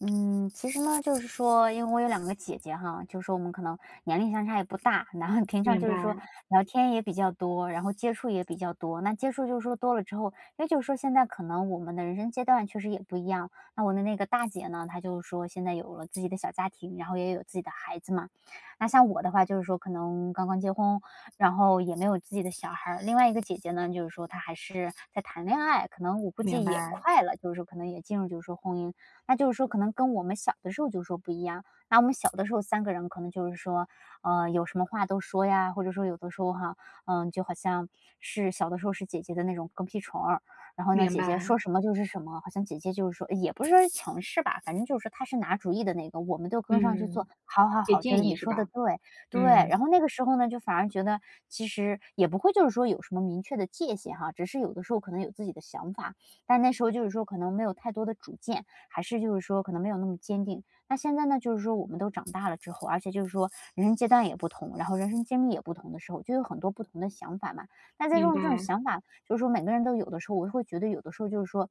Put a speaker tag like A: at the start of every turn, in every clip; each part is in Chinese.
A: 嗯，其实呢，就是说，因为我有两个姐姐哈，就是说我们可能年龄相差也不大，然后平常
B: 明
A: 就
B: 白，
A: 是说聊天也比较多，然后接触也比较多。那接触就是说多了之后，因为就是说现在可能我们的人生阶段确实也不一样。那我的那个大姐呢，她就是说现在有了自己的小家庭，然后也有自己的孩子嘛。那像我的话就是说可能刚刚结婚，然后也没有自己的小孩儿。另外一个姐姐呢，就是说她还是在谈恋爱，可能我估
B: 明
A: 计也
B: 白，
A: 快了，就是说可能也进入就是说婚姻那就是说可能跟我们小的时候就说不一样，那我们小的时候三个人可能就是说，有什么话都说呀，或者说有的时候哈，嗯，就好像是小的时候是姐姐的那种跟屁虫儿，然后呢，
B: 明
A: 姐姐
B: 白，
A: 说什么就是什么，好像姐姐就是说也不是说是强势吧，反正就是说她是拿主意的那个，我们都跟上去
B: 嗯，
A: 做，好好
B: 给
A: 好，觉得
B: 建议
A: 你
B: 是
A: 说的
B: 吧？
A: 对，对。
B: 嗯，
A: 然后那个时候呢，就反而觉得其实也不会就是说有什么明确的界限哈，只是有的时候可能有自己的想法，但那时候就是说可能没有太多的主见，还是就是说可能没有那么坚定。那现在呢，就是说我们都长大了之后，而且就是说人生阶段也不同，然后人生经历也不同的时候，就有很多不同的想法嘛。那在这
B: 明白，
A: 种这种想法，就是说每个人都有的时候，我会觉得有的时候就是说，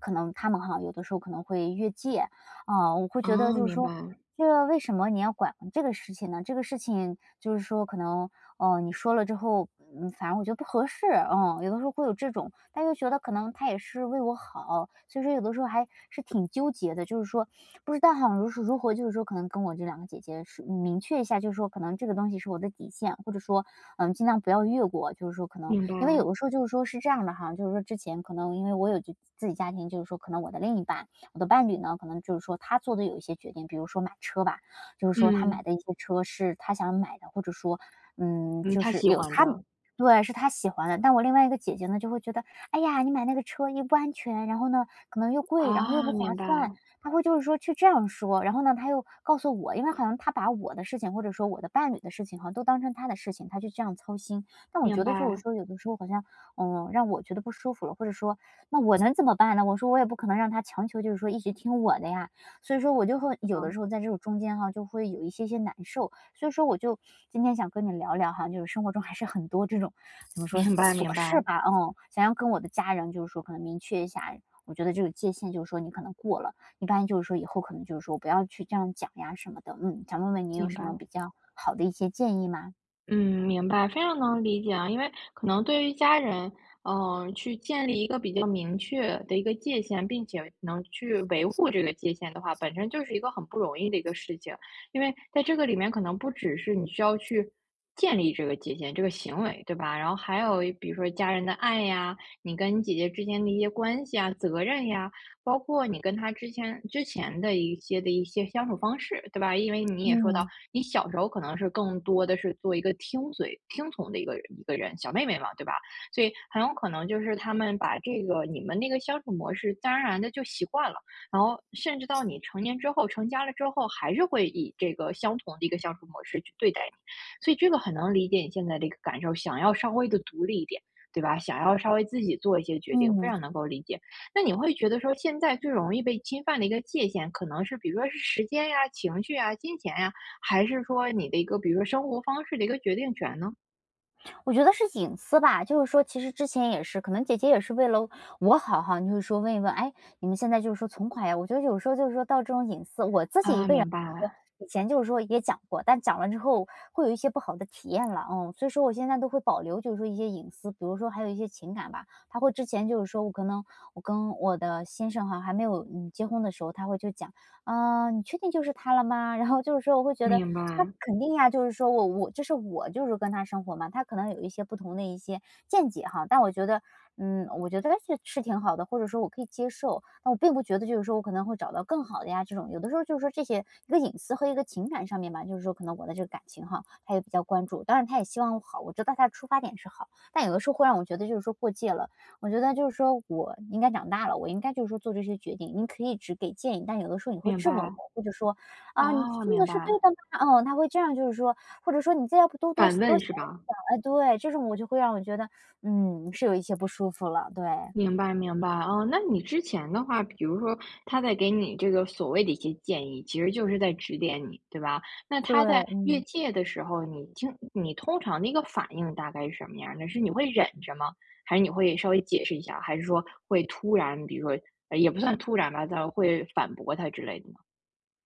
A: 可能他们哈，有的时候可能会越界啊、我会觉得
B: 哦，
A: 就是
B: 明
A: 说。
B: 白，
A: 这为什么你要管这个事情呢？这个事情就是说，可能哦，你说了之后，嗯，反正我觉得不合适，嗯，有的时候会有这种，但又觉得可能他也是为我好，所以说有的时候还是挺纠结的，就是说不知道好像如是如何，就是说可能跟我这两个姐姐是明确一下，就是说可能这个东西是我的底线，或者说嗯，尽量不要越过，就是说可能
B: 明白，
A: 因为有的时候就是说是这样的哈，就是说之前可能因为我有就自己家庭，就是说可能我的另一半，我的伴侣呢，可能就是说他做的有一些决定，比如说买车吧，就是说他买
B: 嗯，
A: 的一些车是他想买的，或者说，嗯，
B: 嗯，
A: 就
B: 他
A: 是
B: 喜
A: 有
B: 欢
A: 他
B: 的，
A: 对，是他喜欢的。但我另外一个姐姐呢，就会觉得，哎呀，你买那个车又不安全，然后呢，可能又贵，然后又不
B: 啊，
A: 划
B: 明
A: 算，
B: 白，
A: 她会就是说去这样说。然后呢，她又告诉我，因为好像她把我的事情，或者说我的伴侣的事情，好像都当成她的事情，她就这样操心。但我
B: 明
A: 觉得就
B: 白，
A: 是说，有的时候好像，嗯，让我觉得不舒服了，或者说，那我能怎么办呢？我说我也不可能让他强求，就是说一直听我的呀。所以说我就会有的
B: 嗯，
A: 时候在这个中间哈，就会有一些些难受。所以说我就今天想跟你聊聊哈，就是生活中还是很多这种怎么说
B: 明白，
A: 琐
B: 明
A: 事
B: 白，
A: 吧，嗯，想要跟我的家人就是说可能明确一下，我觉得这个界限就是说你可能过了，一般就是说以后可能就是说不要去这样讲呀什么的，嗯，想问问你有
B: 明
A: 什
B: 白。
A: 么比较好的一些建议吗？
B: 嗯，明白，非常能理解啊。因为可能对于家人，去建立一个比较明确的一个界限，并且能去维护这个界限的话，本身就是一个很不容易的一个事情。因为在这个里面，可能不只是你需要去建立这个界限，这个行为，对吧？然后还有比如说家人的爱呀，你跟你姐姐之间的一些关系啊、责任呀，包括你跟她之前的一些相处方式，对吧？因为你也说到。
A: 嗯
B: 你小时候可能是更多的是做一个听嘴、听从的一个人，小妹妹嘛，对吧？所以很有可能就是他们把这个你们那个相处模式，自然而然的就习惯了，然后甚至到你成年之后、成家了之后，还是会以这个相同的一个相处模式去对待你。所以这个很能理解你现在的一个感受，想要稍微的独立一点。对吧？想要稍微自己做一些决定，非
A: 嗯。
B: 常能够理解。那你会觉得说，现在最容易被侵犯的一个界限，可能是比如说是时间呀、情绪呀、金钱呀，还是说你的一个比如说生活方式的一个决定权呢？
A: 我觉得是隐私吧，就是说其实之前也是，可能姐姐也是为了我好哈，就会说问一问，哎，你们现在就是说存款呀，我觉得有时候就是说到这种隐私，我自己一
B: 啊，
A: 个人
B: 明白，
A: 说，以前就是说也讲过，但讲了之后会有一些不好的体验了，嗯，所以说我现在都会保留，就是说一些隐私，比如说还有一些情感吧，他会之前就是说我可能我跟我的先生哈还没有嗯结婚的时候，他会就讲。"嗯，你确定就是他了吗？" 然后就是说我会觉得，
B: 明
A: 那
B: 白，
A: 肯定呀，就是说我这是我就是跟他生活嘛，他可能有一些不同的一些见解哈，但我觉得，嗯，我觉得是挺好的，或者说我可以接受，但我并不觉得就是说我可能会找到更好的呀，这种有的时候就是说这些一个隐私和一个情感上面吧，就是说可能我的这个感情哈，他也比较关注，当然他也希望我好，我知道他的出发点是好，但有的时候会让我觉得就是说过界了，我觉得就是说我应该长大了，我应该就是说做这些决定。你可以只给建议，但有的时候你会
B: 明
A: 质问
B: 白，
A: 我，或者说："啊，你
B: 啊，
A: 做
B: 明
A: 的是对
B: 白，
A: 的吗？"嗯，他会这样就是说，或者说："你再要不多多
B: 反
A: 多
B: 问
A: 想
B: 是
A: 一
B: 吧？
A: 想。"哎，对，这种我就会让我觉得，嗯，是有一些不舒服了，对，
B: 明白，明白，哦，那你之前的话，比如说他在给你这个所谓的一些建议，其实就是在指点你，对吧？那他在
A: 对。
B: 越界的时候，你听你通常的一个反应大概是什么样儿的？是你会忍着吗？还是你会稍微解释一下？还是说会突然，比如说，也不算突然吧，但会反驳他之类的呢？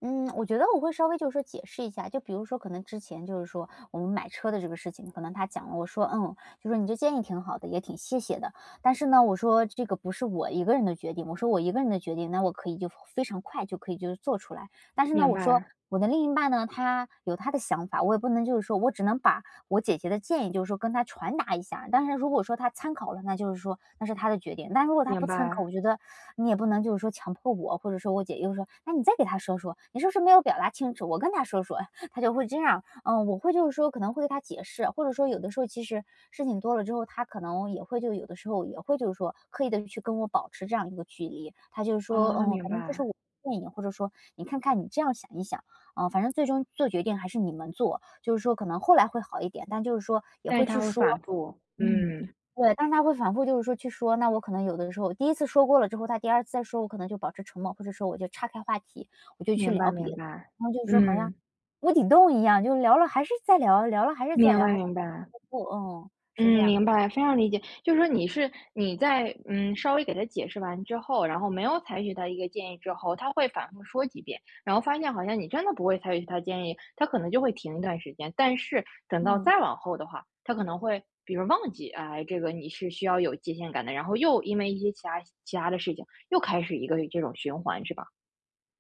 A: 嗯，我觉得我会稍微就是说解释一下，就比如说可能之前就是说我们买车的这个事情，可能他讲了，我说嗯，就说你这建议挺好的，也挺谢谢的，但是呢，我说这个不是我一个人的决定，我说我一个人的决定，那我可以就非常快就可以就是做出来，但是呢，
B: 明
A: 我说
B: 白。
A: 我的另一半呢，他有他的想法，我也不能就是说我只能把我姐姐的建议就是说跟他传达一下，但是如果说他参考了，那就是说那是他的决定，但如果他
B: 明
A: 不参考，
B: 白，
A: 我觉得你也不能就是说强迫我，或者说我姐又说："那你再给他说说，你是不是没有表达清楚？我跟他说说。"他就会这样。嗯，我会就是说可能会给他解释，或者说有的时候其实事情多了之后，他可能也会就有的时候也会就是说刻意的去跟我保持这样一个距离。他就是说：
B: 哦，
A: “嗯，
B: 明
A: 反正这是
B: 白，
A: 我。"的建议，或者说你看看，你这样想一想，嗯，反正最终做决定还是你们做，就是说可能后来会好一点，但就是说也
B: 但是
A: 会
B: 它
A: 去
B: 会
A: 说，
B: 反复，
A: 嗯，
B: 嗯，
A: 对，但是他会反复就是说去说，那我可能有的时候第一次说过了之后，他第二次再说，我可能就保持沉默，或者说我就岔开话题，我就去
B: 明白
A: 聊别
B: 明
A: 的。
B: 白，
A: 然后就是说好像
B: 嗯，
A: 无底洞一样，就聊了还是在聊，聊了还是在
B: 明
A: 聊，
B: 白
A: 还是
B: 明白，
A: 不嗯，是这
B: 嗯，
A: 样的，
B: 明白，非常理解。就是说你是你在稍微给他解释完之后，然后没有采取他一个建议之后，他会反复说几遍，然后发现好像你真的不会采取他建议，他可能就会停一段时间。但是等到
A: 嗯。
B: 再往后的话，他可能会比如忘记，哎，这个你是需要有界限感的，然后又因为一些其他的事情，又开始一个这种循环，是吧？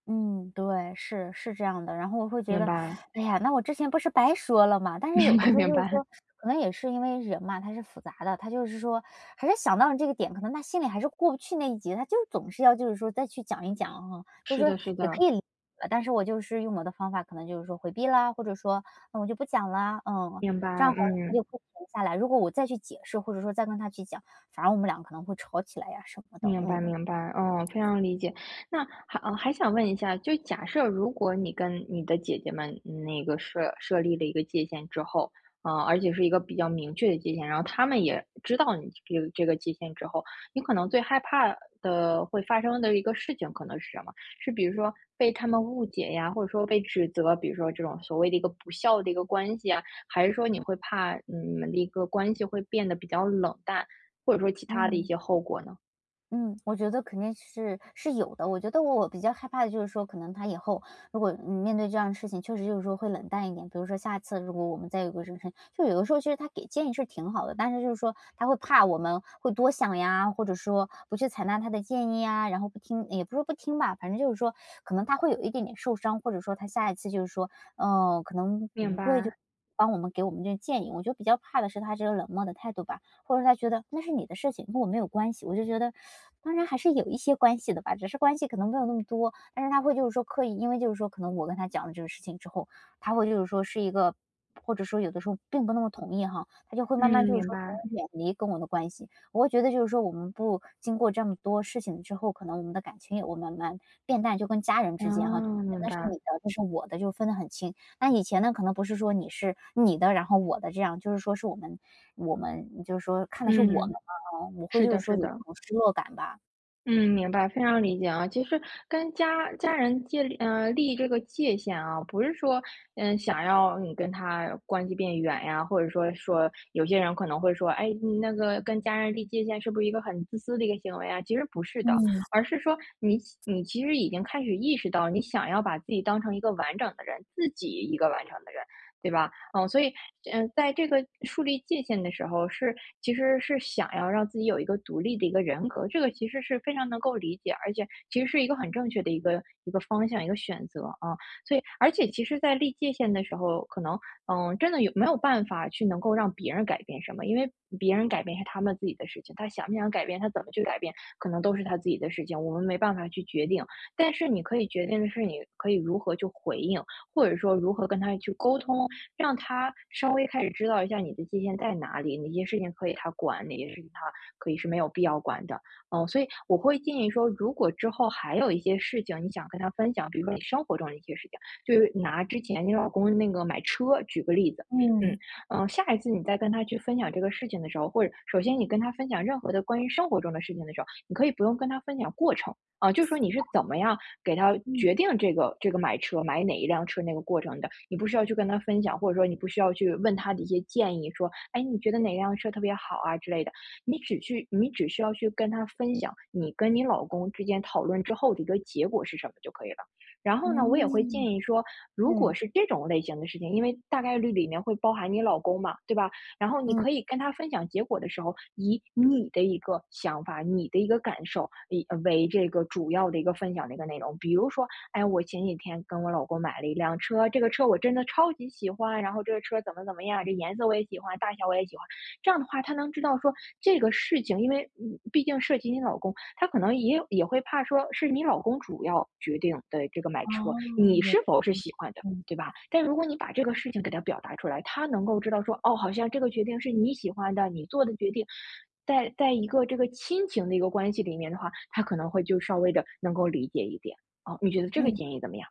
A: 嗯，对，是是这样的。然后我会觉
B: 明
A: 得，
B: 白。
A: 哎呀，那我之前不是白说了嘛？但是
B: 明
A: 有的
B: 白
A: 时候
B: 明
A: 就是
B: 白，
A: 说，可能也是因为人嘛，他是复杂的，他就是说，还是想到了这个点，可能他心里还是过不去那一节，他就总是要就是说再去讲一讲哈，就是
B: 是
A: 说
B: 的是
A: 也可
B: 的，
A: 以理解，但是我就是用我的方法，可能就是说回避啦，或者说那我就不讲啦，嗯，
B: 明白，
A: 这样好像他
B: 嗯。
A: 就会停下来。如果我再去解释，或者说再跟他去讲，反而我们俩可能会吵起来呀什么的，
B: 明白
A: 嗯
B: 明白，嗯，非常理解。那还想问一下，就假设如果你跟你的姐姐们那个设立了一个界限之后，呃，而且是一个比较明确的界限，然后她们也知道你这个这个界限之后，你可能最害怕的会发生的一个事情可能是什么？是比如说被他们误解呀，或者说被指责，比如说这种所谓的一个不孝的一个关系啊，还是说你会怕你们的一个关系会变得比较冷淡，或者说其他的一
A: 嗯。
B: 些后果呢？
A: 嗯，我觉得肯定是有的。我觉得我比较害怕的就是说，可能他以后如果面对这样的事情，确实就是说会冷淡一点。比如说下次如果我们再有个人生，就有的时候其实他给建议是挺好的，但是就是说他会怕我们会多想呀，或者说不去采纳他的建议啊，然后不听，也不是说不听吧，反正就是说可能他会有一点点受伤，或者说他下一次就是说，嗯、可能
B: 明
A: 不会就
B: 白，
A: 帮我们给我们这个建议。我觉得比较怕的是他这个冷漠的态度吧。或者他觉得那是你的事情，跟我没有关系。我就觉得，当然还是有一些关系的吧，只是关系可能没有那么多。但是他会就是说刻意，因为就是说可能我跟他讲了这个事情之后，他会就是说是一个，或者说有的时候并不那么同意哈，他就会慢慢
B: 嗯，
A: 就是
B: 明
A: 说可
B: 白，
A: 能远离跟我的关系。我会觉得就是说我们不经过这么多事情之后，可能我们的感情也会慢慢变淡，就跟家人
B: 哦，
A: 之间哈。就
B: 明
A: 那是
B: 白，
A: 你的，这是我的，就分得很清。那以前呢，可能不是说你是你的，然后我的这样，就是说是我们就是说看的是我们
B: 嗯，
A: 嘛，啊，我会
B: 是
A: 就是
B: 的，
A: 说
B: 是
A: 有这
B: 的，
A: 种失落感吧。
B: 嗯，明白，非常理解啊。其实跟家人建立这个界限啊，不是说想要你跟他关系变远呀，或者说有些人可能会说，哎，你那个跟家人立界限是不是一个很自私的一个行为啊？其实不是的，
A: 嗯，
B: 而是说你其实已经开始意识到，你想要把自己当成一个完整的人，自己一个完整的人，对吧？嗯，所以，嗯，在这个树立界限的时候其实是想要让自己有一个独立的一个人格，这个其实是非常能够理解，而且其实是一个很正确的一个方向、一个选择啊。所以，而且其实在立界限的时候，可能，嗯，真的有没有办法去能够让别人改变什么？因为别人改变是他们自己的事情，他想不想改变，他怎么去改变，可能都是他自己的事情，我们没办法去决定。但是你可以决定的是，你可以如何去回应，或者说如何跟他去沟通。让他稍微开始知道一下你的界限在哪里，哪些事情可以他管，哪些事情他可以是没有必要管的。嗯，所以我会建议说，如果之后还有一些事情你想跟他分享，比如说你生活中的一些事情，就是拿之前你老公那个买车举个例子，嗯
A: 嗯，
B: 下一次你再跟他去分享这个事情的时候，或者首先你跟他分享任何的关于生活中的事情的时候，你可以不用跟他分享过程啊，就说你是怎么样。给他
A: 嗯，
B: 决定这个买车买哪一辆车那个过程的，你不需要去跟他分享，或者说你不需要去问他的一些建议，说，哎，你觉得哪辆车特别好啊之类的，你只需要去跟他分享你跟你老公之间讨论之后的一个结果是什么就可以了。然后呢，我也会建
A: 嗯，
B: 议说，如果
A: 嗯，
B: 是这种类型的事情，因为大概率里面会包含你老公嘛，对吧？然后你
A: 嗯，
B: 可以跟他分享结果的时候，以你的一个想法、你的一个感受，为这个主要的一个分享的一个内容。比如说，哎，我前几天跟我老公买了一辆车，这个车我真的超级喜欢，然后这个车怎么怎么样，这颜色我也喜欢，大小我也喜欢。这样的话，他能知道说这个事情，因为毕竟涉及你老公，他可能也会怕说是你老公主要决定的这个买
A: 哦，
B: 车，你
A: 有的，
B: 是否是喜欢的。
A: 嗯，
B: 对吧？但如果你把这个事情给他表达出来，他能够知道说，哦，好像这个决定是你喜欢的，你做的决定，在一个这个亲情的一个关系里面的话，他可能会就稍微的能够理解一点。哦，你觉得这个
A: 嗯。
B: 建议怎么样？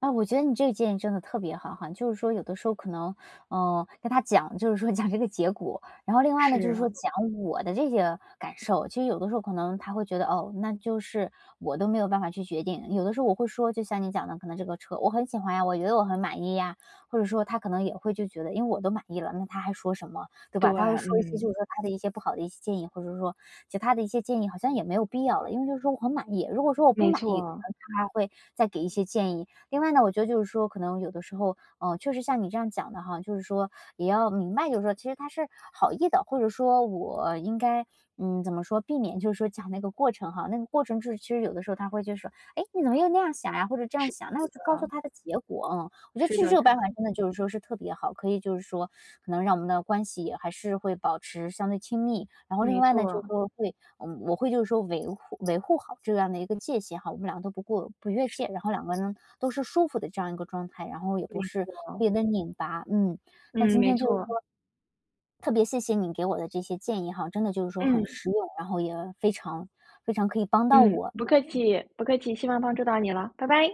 A: 啊，我觉得你这个建议真的特别好哈，就是说有的时候可能，嗯，跟他讲，就是说讲这个结果，然后另外呢，
B: 是
A: 就是说
B: 啊
A: 讲我的这些感受。其实有的时候可能他会觉得，哦，那就是我都没有办法去决定。有的时候我会说，就像你讲的，可能这个车我很喜欢呀，我觉得我很满意呀，或者说他可能也会就觉得，因为我都满意了，那他还说什么，对
B: 对，
A: 吧？他会说一些就
B: 嗯，
A: 是说他的一些不好的一些建议，或者说其他的一些建议好像也没有必要了，因为就是说我很满意。如果说我不
B: 没
A: 满意，可
B: 错，
A: 能他还会再给一些建议另外呢，我觉得就是说，可能有的时候，嗯，确实像你这样讲的哈，就是说也要明白，就是说其实他是好意的，或者说我应该，嗯，怎么说，避免就是说讲那个过程哈，那个过程就是其实有的时候他会就是说，哎，你怎么又那样想呀，或者这样
B: 是
A: 想，那我就告
B: 的，
A: 诉他的结果，嗯，我觉得
B: 是
A: 这
B: 的，
A: 这个
B: 是
A: 办法
B: 的
A: 真的就是说是特别好，可以就是说可能让我们的关系也还是会保持相对亲密，然后另
B: 没
A: 外呢，就是
B: 错，
A: 说会嗯，我会就是说维护好这样的一个界限哈，我们两个都不过不越界，然后两个人都是舒服的这样一个状态，然后也
B: 没
A: 不是特
B: 错，
A: 别的拧巴，嗯。那
B: 嗯，
A: 今
B: 没
A: 天就是
B: 错，
A: 说特别谢谢你给我的这些建议哈，真的就是说很
B: 嗯
A: 实用，然后也非常可以帮到
B: 嗯，
A: 我。
B: 不客气，不客气，希望帮助到你了，拜拜。